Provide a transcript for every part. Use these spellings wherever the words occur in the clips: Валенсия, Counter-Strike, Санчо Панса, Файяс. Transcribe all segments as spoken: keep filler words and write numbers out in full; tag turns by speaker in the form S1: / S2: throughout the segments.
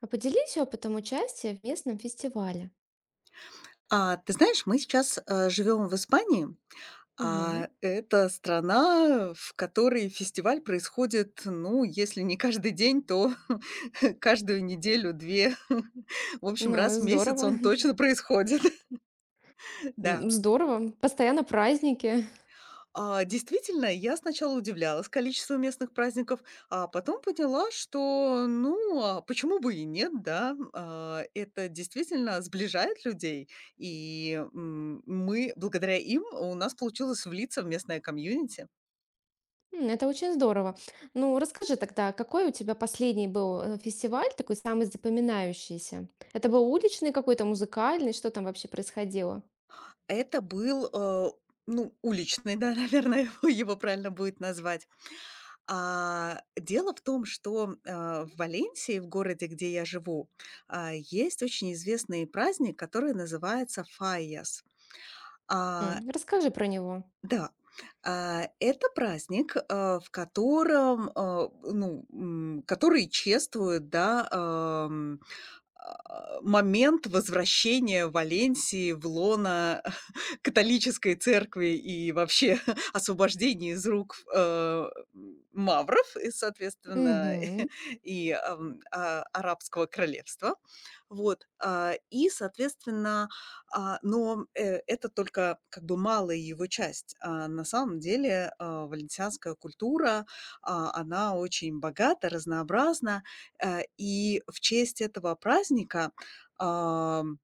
S1: А поделись опытом участия в местном фестивале.
S2: А, ты знаешь, мы сейчас, э, живем в Испании,
S1: Мгм.
S2: а это страна, в которой фестиваль происходит, ну, если не каждый день, то каждую неделю, две, в общем,
S1: Ну,
S2: раз в месяц
S1: здорово.
S2: он точно происходит, да.
S1: М, Здорово. Постоянно праздники.
S2: А, действительно, я сначала удивлялась количеству местных праздников, а потом поняла, что, ну, а почему бы и нет, да? А, это действительно сближает людей, и м, мы, благодаря им, у нас получилось влиться в местное комьюнити.
S1: М, Это очень здорово. Ну, расскажи тогда, какой у тебя последний был э, фестиваль, такой самый запоминающийся? Это был уличный какой-то, музыкальный? Что там вообще происходило?
S2: Это был, э, ну, уличный, да, наверное, его его правильно будет назвать. А, дело в том, что, а, в Валенсии, в городе, где я живу, а, есть очень известный праздник, который называется Файяс. А,
S1: М, Расскажи про него.
S2: да, а, это праздник, а, в котором, а, ну, м, который чествуют, да, а, момент возвращения Валенсии в лоно католической церкви и вообще освобождения из рук, э, мавров и, соответственно,
S1: Мгм.
S2: и, ам, а, арабского королевства. Вот, а, и, соответственно, а, но, э, это только как бы малая его часть. А, на самом деле, а, валенсианская культура, а, она очень богата, разнообразна. Э, и в честь этого праздника, ам,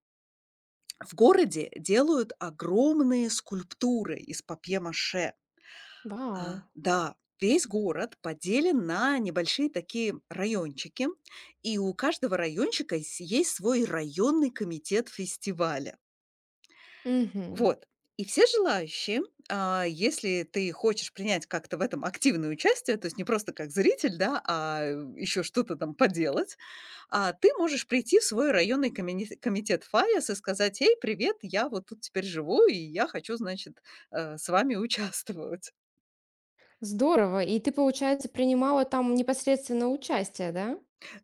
S2: в городе делают огромные скульптуры из папье-маше.
S1: Вау.
S2: А, да, весь город поделен на небольшие такие райончики, и у каждого райончика с есть свой районный комитет фестиваля.
S1: Мгм.
S2: Вот. И все желающие, а, если ты хочешь принять как-то в этом активное участие, то есть не просто как зритель, да, а еще что-то там поделать, а, ты можешь прийти в свой районный комини- комитет ФАИС и сказать, эй, привет, я вот тут теперь живу, и я хочу, значит, э, с вами участвовать.
S1: Здорово. И ты, получается, принимала там непосредственно участие, да?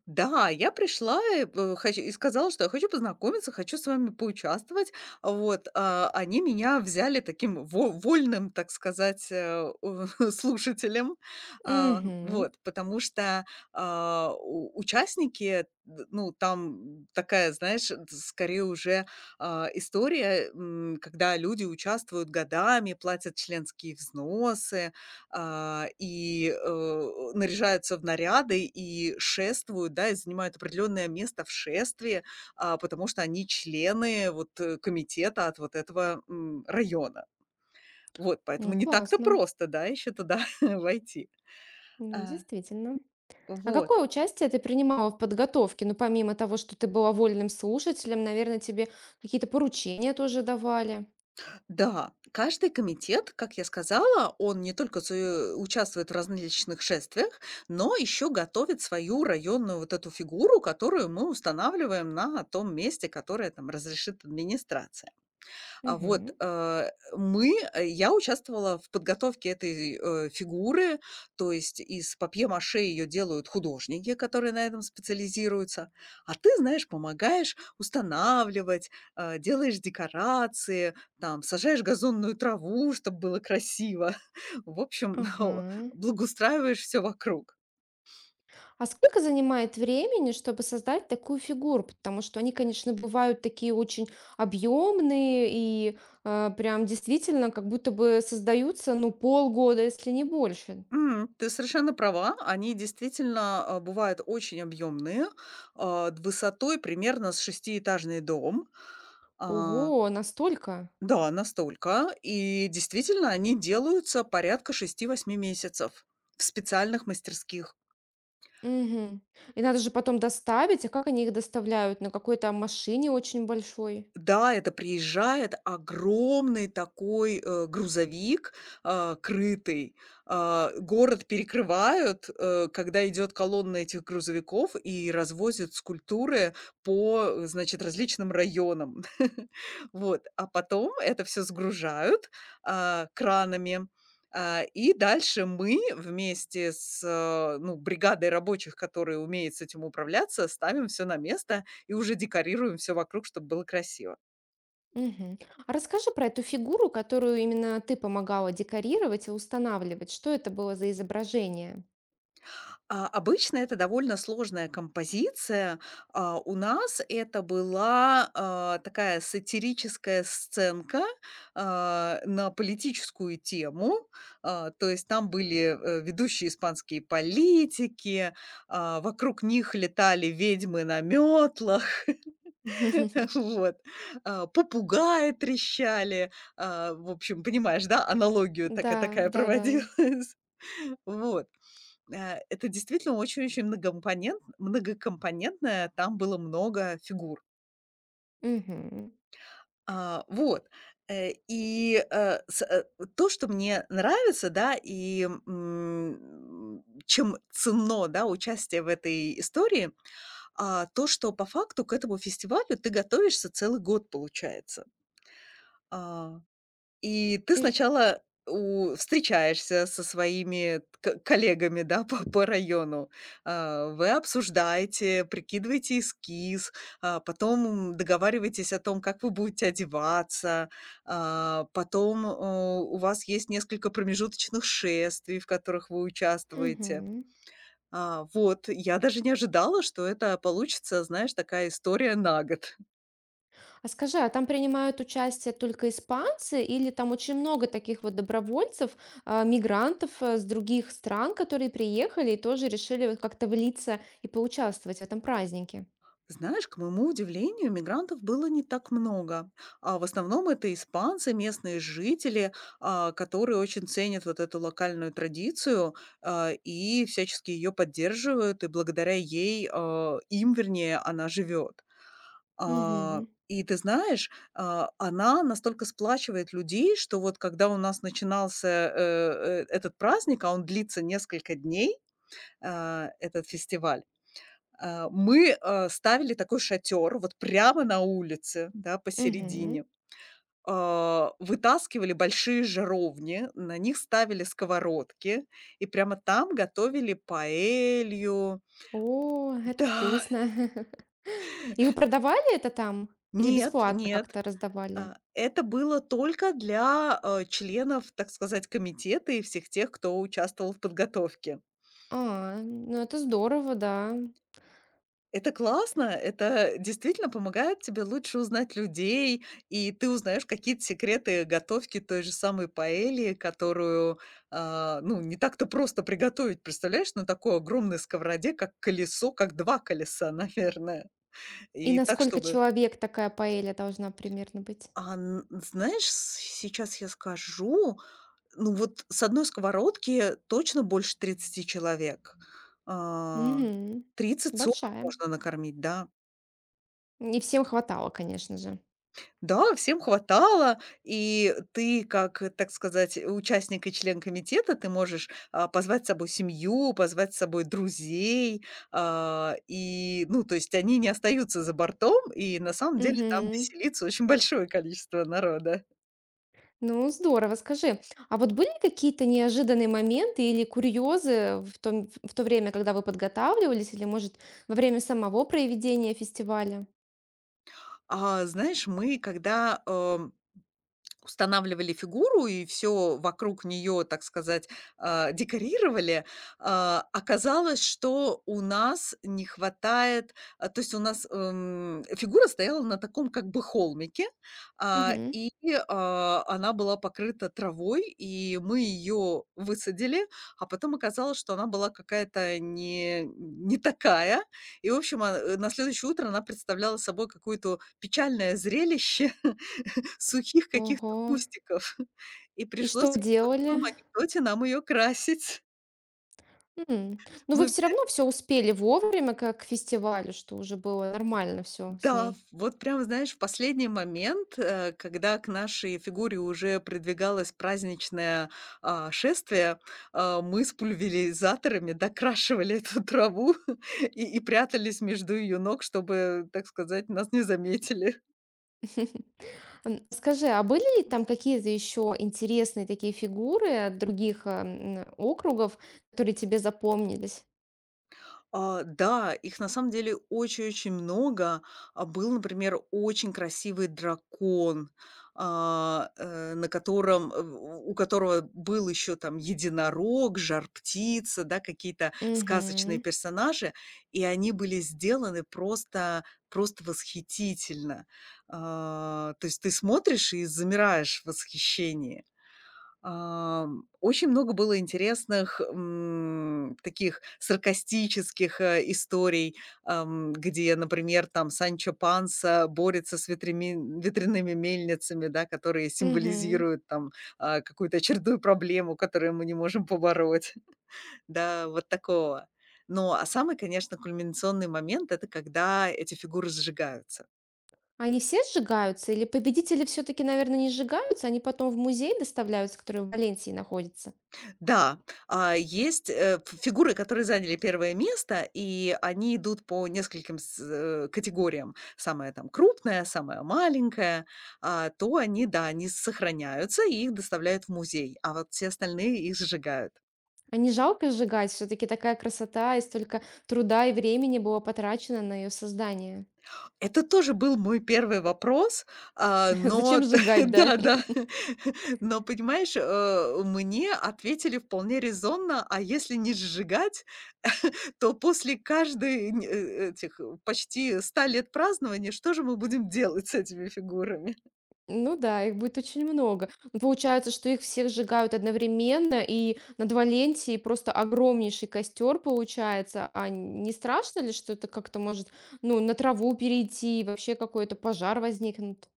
S2: Да, я пришла и, э, хоч и сказала, что я хочу познакомиться, хочу с вами поучаствовать. Вот, а, они меня взяли таким во вольным, так сказать, э, слушателем. А,
S1: Угу.
S2: вот, потому что, а, у участники, д ну, там такая, знаешь, д скорее уже, а, история, м, когда люди участвуют годами, платят членские взносы а, и, э, наряжаются в наряды, и шествуют, да, и занимают определенное место в шествии, а, потому что они члены вот, э, комитета от вот этого, м, района. Вот,
S1: Ну,
S2: поэтому не так-то
S1: классно.
S2: просто, да, еще туда войти.
S1: Ну,
S2: А,
S1: действительно. А
S2: вот.
S1: какое участие ты принимала в подготовке? Ну, помимо того, что ты была вольным слушателем, наверное, тебе какие-то поручения тоже давали.
S2: Да, каждый комитет, как я сказала, он не только су- участвует в различных шествиях, но еще готовит свою районную вот эту фигуру, которую мы устанавливаем на том месте, которое там разрешит администрация. А вот,
S1: Мгм.
S2: э, мы э, я участвовала в подготовке этой, э, фигуры, то есть из папье-маше ее делают художники, которые на этом специализируются, а ты, знаешь, помогаешь устанавливать, э, делаешь декорации, там, сажаешь газонную траву, чтобы было красиво. В общем,
S1: Ага.
S2: благоустраиваешь все вокруг.
S1: А сколько занимает времени, чтобы создать такую фигуру? Потому что они, конечно, бывают такие очень объемные и э, прям действительно как будто бы создаются, ну, полгода, если не больше.
S2: М, ты совершенно права, они действительно, э, бывают очень объемные, э, д высотой примерно с шестиэтажный дом. А,
S1: Ого, настолько?
S2: да, настолько. И действительно, они делаются порядка шести-восьми месяцев в специальных мастерских.
S1: Мгм. И надо же потом доставить. А как они их доставляют? На какой-то машине очень большой?
S2: Да, это приезжает огромный такой, э, грузовик, а, крытый. А, город перекрывают, э, когда идет колонна этих грузовиков, и развозят скульптуры по, э, значит, различным районам. Вот, а потом это все сгружают, а, кранами, а, и дальше мы вместе с, э, ну, бригадой рабочих, которые умеют с этим управляться, ставим все на место и уже декорируем все вокруг, чтобы было красиво.
S1: Мгм. А расскажи про эту фигуру, которую именно ты помогала декорировать и устанавливать. Что это было за изображение?
S2: А, обычно это довольно сложная композиция. А, у нас это была, а, такая сатирическая сценка, а, на политическую тему. А, то есть там были, э, ведущие испанские политики, а, вокруг них летали ведьмы на метлах. Вот. А, попугаи трещали. А, в общем, понимаешь, да, аналогию
S1: Да,
S2: такая такая
S1: да, да.
S2: проводилась. Вот. Э, это действительно очень-очень многокомпонент многокомпонентное, там было много фигур.
S1: Мгм.
S2: А, вот. Э, и, э, с э, То, что мне нравится, да, и, м, чем ценно, да, участие в этой истории, а, то, что по факту к этому фестивалю ты готовишься целый год, получается. А И ты
S1: И ж-
S2: сначала у встречаешься со своими к коллегами, да, по по району. А, вы обсуждаете, прикидываете эскиз, а, потом договариваетесь о том, как вы будете одеваться. А, потом, э, у вас есть несколько промежуточных шествий, в которых вы участвуете.
S1: мгм.
S2: А, вот, я даже не ожидала, что это получится, знаешь, такая история на год.
S1: А скажи, а там принимают участие только испанцы или там очень много таких вот добровольцев, а, мигрантов а, с других стран, которые приехали и тоже решили вот как-то влиться и поучаствовать в этом празднике?
S2: Знаешь, к моему удивлению, мигрантов было не так много. А в основном это испанцы, местные жители, а, которые очень ценят вот эту локальную традицию а, и всячески ее поддерживают, и благодаря ей, а, им, вернее, она живет. А,
S1: Мгм.
S2: И ты знаешь, а, она настолько сплачивает людей, что вот когда у нас начинался э, э, этот праздник, а он длится несколько дней, а, этот фестиваль, а, мы, а, ставили такой шатер вот прямо на улице, да, посередине. А, вытаскивали большие жаровни, на них ставили сковородки и прямо там готовили паэлью.
S1: О, это
S2: Да,
S1: вкусно. И вы продавали это там или
S2: нет,
S1: бесплатно
S2: нет,
S1: как-то раздавали?
S2: а, это было только для, а, членов, так сказать, комитета и всех тех, кто участвовал в подготовке.
S1: А, ну это здорово, да.
S2: Это классно, это действительно помогает тебе лучше узнать людей, и ты узнаешь какие-то секреты готовки той же самой паэли, которую, а, ну, не так-то просто приготовить, представляешь, на такой огромной сковороде, как колесо, как два колеса, наверное.
S1: И
S2: И
S1: на
S2: так,
S1: сколько
S2: чтобы…
S1: человек такая паэля должна примерно быть?
S2: А, н Знаешь, с сейчас я скажу, ну, вот с одной сковородки точно больше тридцати человек. А,
S1: Мгм.
S2: тридцать сорок
S1: Большая.
S2: можно накормить, да.
S1: Не всем хватало, конечно же.
S2: Да, всем хватало, и ты как, э, так сказать, участник и член комитета, ты можешь, а, позвать с собой семью, позвать с собой друзей, а, и, ну, то есть они не остаются за бортом, и на самом деле там
S1: Мгм.
S2: веселится очень большое количество народа.
S1: Ну, здорово. Скажи, а вот были какие-то неожиданные моменты или курьезы в том- в то время, когда вы подготавливались, или, может, во время самого проведения фестиваля?
S2: А, знаешь, мы когда, э, устанавливали фигуру и все вокруг нее, так сказать, а, декорировали. А, оказалось, что у нас не хватает, а, то есть у нас, эм, фигура стояла на таком как бы холмике, а,
S1: Мгм.
S2: и, а, она была покрыта травой, и мы ее высадили, а потом оказалось, что она была какая-то не не такая. И, в общем, а, э, на следующее утро она представляла собой какое-то печальное зрелище. Сухих каких-то
S1: Ого.
S2: кустиков. И
S1: И что
S2: пришлось,
S1: вы
S2: как в том
S1: делали?
S2: анекдоте, нам ее красить.
S1: М. Ну, вы
S2: Мы вз
S1: все равно все успели вовремя, как к фестивалю, что уже было нормально все с
S2: Да,
S1: ней.
S2: вот прям, знаешь, в последний момент, э, когда к нашей фигуре уже придвигалось праздничное, а, шествие, а, мы с пульверизаторами докрашивали эту траву и и прятались между ее ног, чтобы, так сказать, нас не заметили.
S1: М, скажи, а были ли там какие-то еще интересные такие фигуры от других, а, м, округов, которые тебе запомнились?
S2: А, да, их на самом деле очень-очень много. А, был, например, очень красивый дракон, а, э, на котором, э, у у которого был еще там единорог, жар-птица, да, какие-то сказочные
S1: Угу,
S2: персонажи, и они были сделаны просто просто восхитительно. А, то есть ты смотришь и замираешь в восхищении. Ам, очень много было интересных, м, таких саркастических, э, историй, ам, где, например, там Санчо Панса борется с ветрями ветряными мельницами, да, которые
S1: угу.
S2: символизируют там, а, какую-то очередную проблему, которую мы не можем побороть. Да, вот такого. Ну, а самый, конечно, кульминационный момент — это когда эти фигуры сжигаются.
S1: Они все сжигаются или победители все-таки, наверное, не сжигаются, они потом в музей доставляются, который в Валенсии находится?
S2: Да, а, есть, э, ф фигуры, которые заняли первое место, и они идут по нескольким с э, категориям. Самая там крупная, самая маленькая. А, то они, да, они сохраняются и их доставляют в музей, а вот все остальные их сжигают.
S1: А не жалко сжигать? Все таки такая красота, и столько труда и времени было потрачено на ее создание.
S2: Это тоже был мой первый вопрос, а,
S1: Зачем
S2: но
S1: сжигать, да?
S2: да-да, но, понимаешь, э, мне ответили вполне резонно: "А если не сжигать?" То после каждой нь э, этих э, почти ста лет празднования, что же мы будем делать с этими фигурами?
S1: Ну да, их будет очень много. Ну, получается, что их всех сжигают одновременно, и над Валенсией просто огромнейший костер получается. А не страшно ли, что это как-то может, ну, на траву перейти, и вообще какой-то пожар возникнет?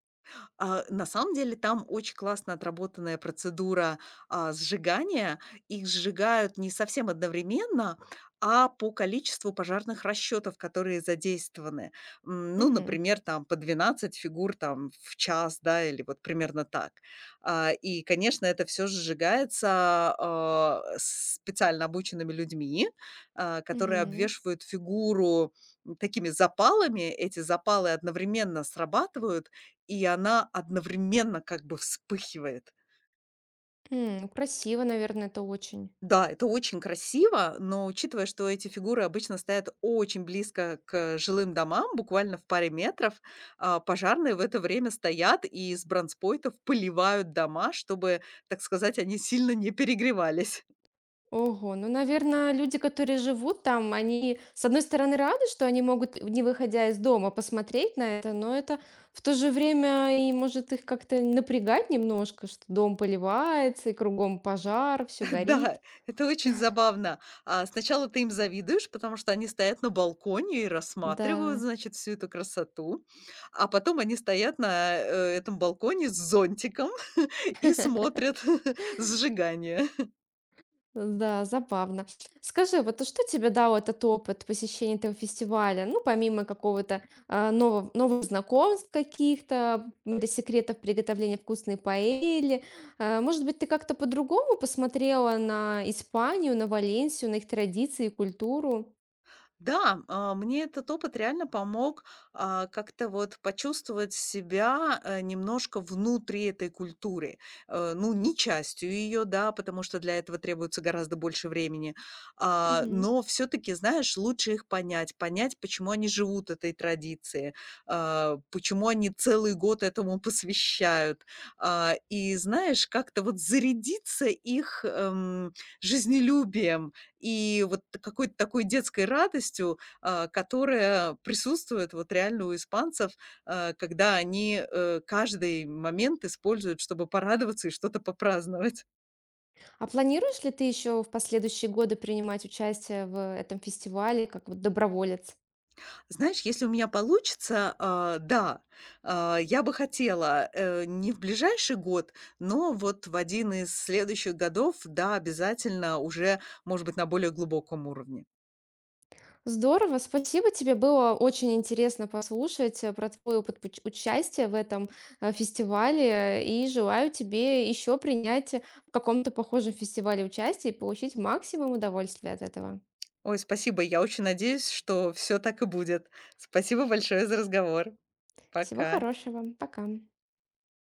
S2: А, на самом деле там очень классно отработанная процедура, а, сжигания. Их сжигают не совсем одновременно, а по количеству пожарных расчетов, которые задействованы. М, ну,
S1: Угу,
S2: например, там по двенадцать фигур там в час, да, или вот примерно так. А, и, конечно, это всё сжигается, а, специально обученными людьми, а, которые
S1: угу,
S2: обвешивают фигуру, такими запалами. Эти запалы одновременно срабатывают, и она одновременно как бы вспыхивает.
S1: М, красиво, наверное, это очень.
S2: Да, это очень красиво, но учитывая, что эти фигуры обычно стоят очень близко к жилым домам, буквально в паре метров, а, пожарные в это время стоят и из бронспойтов поливают дома, чтобы, так сказать, они сильно не перегревались.
S1: Ого, ну, наверное, люди, которые живут там, они, с одной стороны, рады, что они могут, не выходя из дома, посмотреть на это, но это в то же время и может их как-то напрягать немножко, что дом поливается и кругом пожар, все горит.
S2: Да, это очень забавно. А, сначала ты им завидуешь, потому что они стоят на балконе и рассматривают,
S1: Да.
S2: значит, всю эту красоту. А потом они стоят на, э, этом балконе с зонтиком и смотрят сжигание.
S1: Да, забавно. Скажи, вот, а что тебе дал этот опыт посещения этого фестиваля? Ну, помимо какого-то а, нового, новых знакомств каких-то, м, или секретов приготовления вкусной паэли. А, может быть, ты как-то по-другому посмотрела на Испанию, на Валенсию, на их традиции и культуру?
S2: Да, а, мне этот опыт реально помог, а, как-то вот почувствовать себя, э, немножко внутри этой культуры. Э, ну, не частью ее, да, потому что для этого требуется гораздо больше времени. А,
S1: Мгм.
S2: но все-таки, знаешь, лучше их понять, понять, почему они живут этой традицией, а, почему они целый год этому посвящают. А, и, знаешь, как-то вот зарядиться их эм, жизнелюбием, и вот какой-то такой детской радостью, а, которая присутствует вот реально у испанцев, а, когда они, э, каждый момент используют, чтобы порадоваться и что-то попраздновать.
S1: А планируешь ли ты еще в последующие годы принимать участие в этом фестивале как вот доброволец?
S2: Знаешь, если у меня получится, а, да, а, я бы хотела, э, не в ближайший год, но вот в один из следующих годов, да, обязательно уже, может быть, на более глубоком уровне.
S1: Здорово, спасибо тебе. Было очень интересно послушать э, про твой опыт пуч- участия в этом э, фестивале. И желаю тебе еще принять в каком-то похожем фестивале участие и получить максимум удовольствия от этого.
S2: Ой, спасибо. Я очень надеюсь, что все так и будет. Спасибо большое за разговор.
S1: Всего
S2: Пока.
S1: хорошего. Пока.